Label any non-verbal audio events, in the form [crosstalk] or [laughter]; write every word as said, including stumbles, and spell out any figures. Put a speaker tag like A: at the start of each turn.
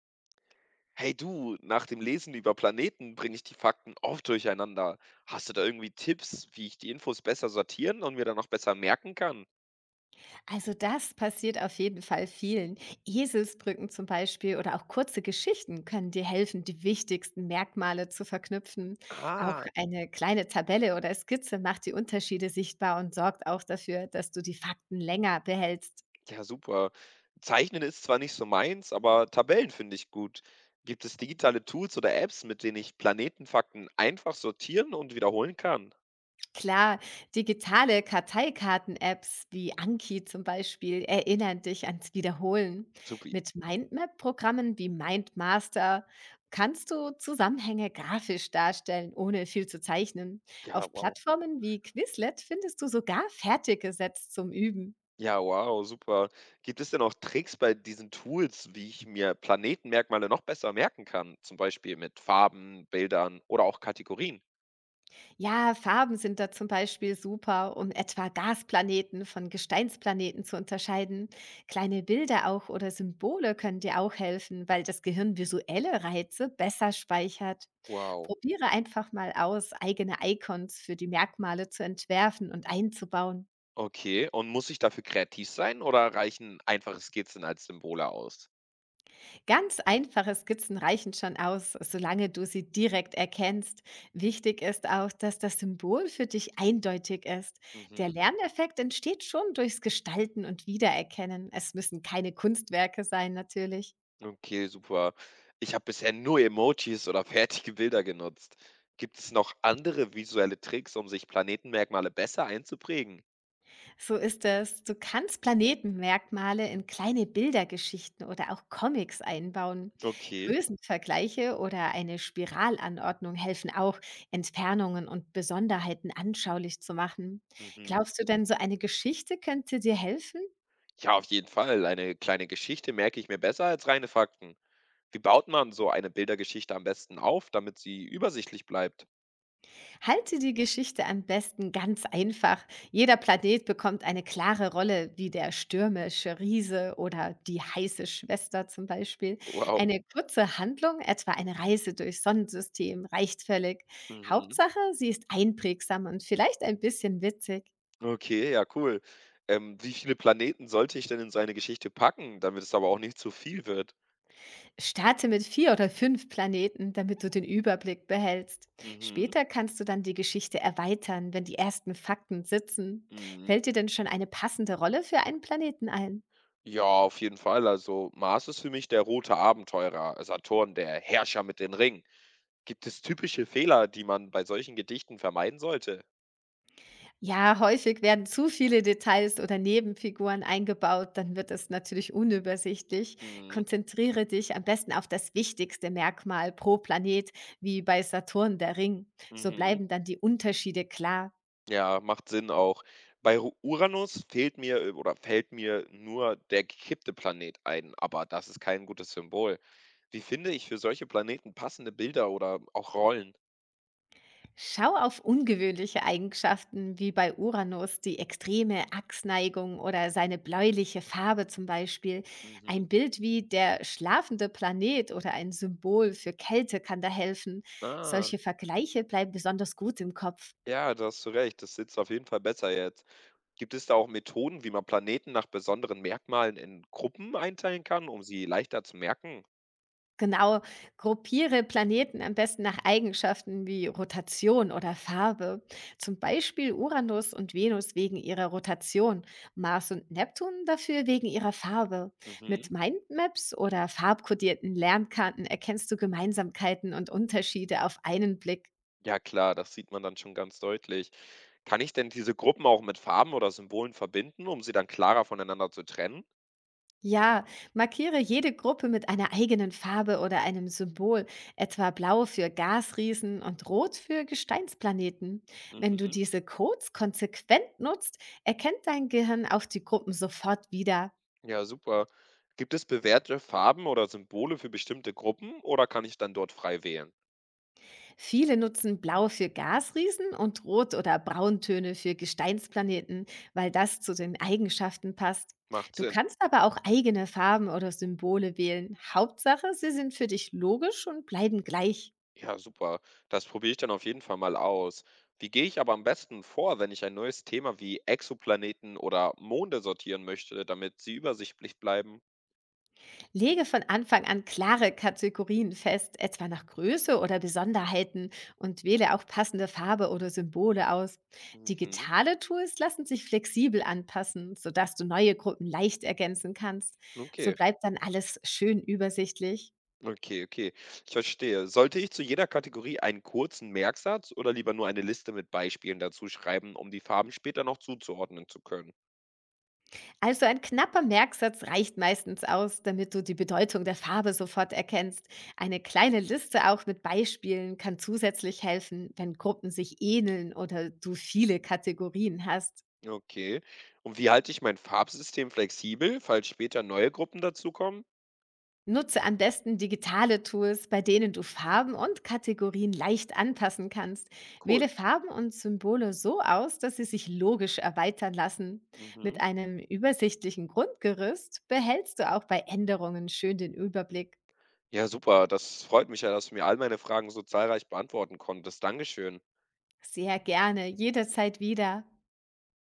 A: Hey du, nach dem Lesen über Planeten bringe ich die Fakten oft durcheinander. Hast du da irgendwie Tipps, wie ich die Infos besser sortieren und mir dann noch besser merken kann?
B: Also das passiert auf jeden Fall vielen. Eselsbrücken zum Beispiel oder auch kurze Geschichten können dir helfen, die wichtigsten Merkmale zu verknüpfen. Auch
A: Ah,
B: eine kleine Tabelle oder Skizze macht die Unterschiede sichtbar und sorgt auch dafür, dass du die Fakten länger behältst.
A: ja super. Zeichnen ist zwar nicht so meins, aber Tabellen finde ich gut. Gibt es digitale Tools oder Apps, mit denen ich Planetenfakten einfach sortieren und wiederholen kann?
B: Klar, digitale Karteikarten-Apps wie Anki zum Beispiel erinnern dich ans Wiederholen.
A: Super.
B: Mit Mindmap-Programmen wie Mindmaster kannst du Zusammenhänge grafisch darstellen, ohne viel zu zeichnen.
A: Ja,
B: Auf
A: wow.
B: Plattformen wie Quizlet findest du sogar Fertiggesetzt zum Üben.
A: Ja, wow, super. Gibt es denn auch Tricks bei diesen Tools, wie ich mir Planetenmerkmale noch besser merken kann? Zum Beispiel mit Farben, Bildern oder auch Kategorien?
B: Ja, Farben sind da zum Beispiel super, um etwa Gasplaneten von Gesteinsplaneten zu unterscheiden. Kleine Bilder auch oder Symbole können dir auch helfen, weil das Gehirn visuelle Reize besser speichert.
A: Wow.
B: Probiere einfach mal aus, eigene Icons für die Merkmale zu entwerfen und einzubauen.
A: Okay, und muss ich dafür kreativ sein oder reichen einfache Skizzen als Symbole aus?
B: Ganz einfache Skizzen reichen schon aus, solange du sie direkt erkennst. Wichtig ist auch, dass das Symbol für dich eindeutig ist. Der
A: Mhm.
B: Lerneffekt entsteht schon durchs Gestalten und Wiedererkennen. Es müssen keine Kunstwerke sein, natürlich.
A: Okay, super. Ich habe bisher nur Emojis oder [laughs] fertige Bilder genutzt. Gibt es noch andere visuelle Tricks, um sich Planetenmerkmale besser einzuprägen?
B: So ist es. Du kannst Planetenmerkmale in kleine Bildergeschichten oder auch Comics einbauen.
A: Okay.
B: Größenvergleiche oder eine Spiralanordnung helfen auch, Entfernungen und Besonderheiten anschaulich zu machen.
A: Mhm.
B: Glaubst du denn, so eine Geschichte könnte dir helfen?
A: Ja, auf jeden Fall. Eine kleine Geschichte merke ich mir besser als reine Fakten. Wie baut man so eine Bildergeschichte am besten auf, damit sie übersichtlich bleibt?
B: Halte die Geschichte am besten ganz einfach. Jeder Planet bekommt eine klare Rolle, wie der stürmische Riese oder die heiße Schwester zum Beispiel.
A: Wow.
B: Eine kurze Handlung, etwa eine Reise durchs Sonnensystem, reicht völlig.
A: Mhm.
B: Hauptsache, sie ist einprägsam und vielleicht ein bisschen witzig.
A: Okay, ja, cool. Ähm, wie viele Planeten sollte ich denn in so eine Geschichte packen, damit es aber auch nicht zu viel wird?
B: Starte mit vier oder fünf Planeten, damit du den Überblick behältst.
A: Mhm.
B: Später kannst du dann die Geschichte erweitern, wenn die ersten Fakten sitzen.
A: Mhm.
B: Fällt dir denn schon eine passende Rolle für einen Planeten ein?
A: Ja, auf jeden Fall. Also Mars ist für mich der rote Abenteurer, Saturn der Herrscher mit den Ringen. Gibt es typische Fehler, die man bei solchen Gedichten vermeiden sollte?
B: Ja, häufig werden zu viele Details oder Nebenfiguren eingebaut, dann wird es natürlich unübersichtlich.
A: Mhm.
B: Konzentriere dich am besten auf das wichtigste Merkmal pro Planet, wie bei Saturn der Ring. So
A: Mhm.
B: bleiben dann die Unterschiede klar.
A: Ja, macht Sinn auch. Bei Ru Uranus fehlt mir, äh, oder fällt mir nur der gekippte Planet ein, aber das ist kein gutes Symbol. Wie finde ich für solche Planeten passende Bilder oder auch Rollen?
B: Schau auf ungewöhnliche Eigenschaften wie bei Uranus, die extreme Achsneigung oder seine bläuliche Farbe zum Beispiel.
A: Mhm.
B: Ein Bild wie der schlafende Planet oder ein Symbol für Kälte kann da helfen.
A: Ah,
B: Solche Vergleiche bleiben besonders gut im Kopf.
A: ja, da hast du recht. Das sitzt auf jeden Fall besser jetzt. Gibt es da auch Methoden, wie man Planeten nach besonderen Merkmalen in Gruppen einteilen kann, um sie leichter zu merken?
B: Genau, gruppiere Planeten am besten nach Eigenschaften wie Rotation oder Farbe. Zum Beispiel Uranus und Venus wegen ihrer Rotation, Mars und Neptun dafür wegen ihrer Farbe.
A: Mhm.
B: Mit Mindmaps oder farbkodierten Lernkarten erkennst du Gemeinsamkeiten und Unterschiede auf einen Blick.
A: Ja klar, das sieht man dann schon ganz deutlich. Kann ich denn diese Gruppen auch mit Farben oder Symbolen verbinden, um sie dann klarer voneinander zu trennen?
B: Ja, markiere jede Gruppe mit einer eigenen Farbe oder einem Symbol, etwa blau für Gasriesen und rot für Gesteinsplaneten. Wenn du
A: Mhm.
B: diese Codes konsequent nutzt, erkennt dein Gehirn auch die Gruppen sofort wieder.
A: Ja, super. Gibt es bewährte Farben oder Symbole für bestimmte Gruppen oder kann ich dann dort frei wählen?
B: Viele nutzen blau für Gasriesen und rot oder brauntöne für Gesteinsplaneten, weil das zu den Eigenschaften passt.
A: Macht
B: Du
A: Sinn.
B: kannst aber auch eigene Farben oder Symbole wählen. Hauptsache, sie sind für dich logisch und bleiben gleich.
A: Ja, super. Das probiere ich dann auf jeden Fall mal aus. Wie gehe ich aber am besten vor, wenn ich ein neues Thema wie Exoplaneten oder Monde sortieren möchte, damit sie übersichtlich bleiben?
B: Lege von Anfang an klare Kategorien fest, etwa nach Größe oder Besonderheiten und wähle auch passende Farbe oder Symbole aus.
A: Mhm.
B: Digitale Tools lassen sich flexibel anpassen, sodass du neue Gruppen leicht ergänzen kannst. So
A: Okay.
B: bleibt dann alles schön übersichtlich.
A: Okay, okay. Ich verstehe. Sollte ich zu jeder Kategorie einen kurzen Merksatz oder lieber nur eine Liste mit Beispielen dazu schreiben, um die Farben später noch zuzuordnen zu können?
B: Also ein knapper Merksatz reicht meistens aus, damit du die Bedeutung der Farbe sofort erkennst. Eine kleine Liste auch mit Beispielen kann zusätzlich helfen, wenn Gruppen sich ähneln oder du viele Kategorien hast.
A: Okay. Und wie halte ich mein Farbsystem flexibel, falls später neue Gruppen dazukommen?
B: Nutze am besten digitale Tools, bei denen du Farben und Kategorien leicht anpassen kannst.
A: Cool.
B: Wähle Farben und Symbole so aus, dass sie sich logisch erweitern lassen. Mit
A: Mhm.
B: einem übersichtlichen Grundgerüst behältst du auch bei Änderungen schön den Überblick.
A: Ja, super. Das freut mich ja, dass du mir all meine Fragen so zahlreich beantworten konntest. Dankeschön.
B: Sehr gerne, jederzeit wieder.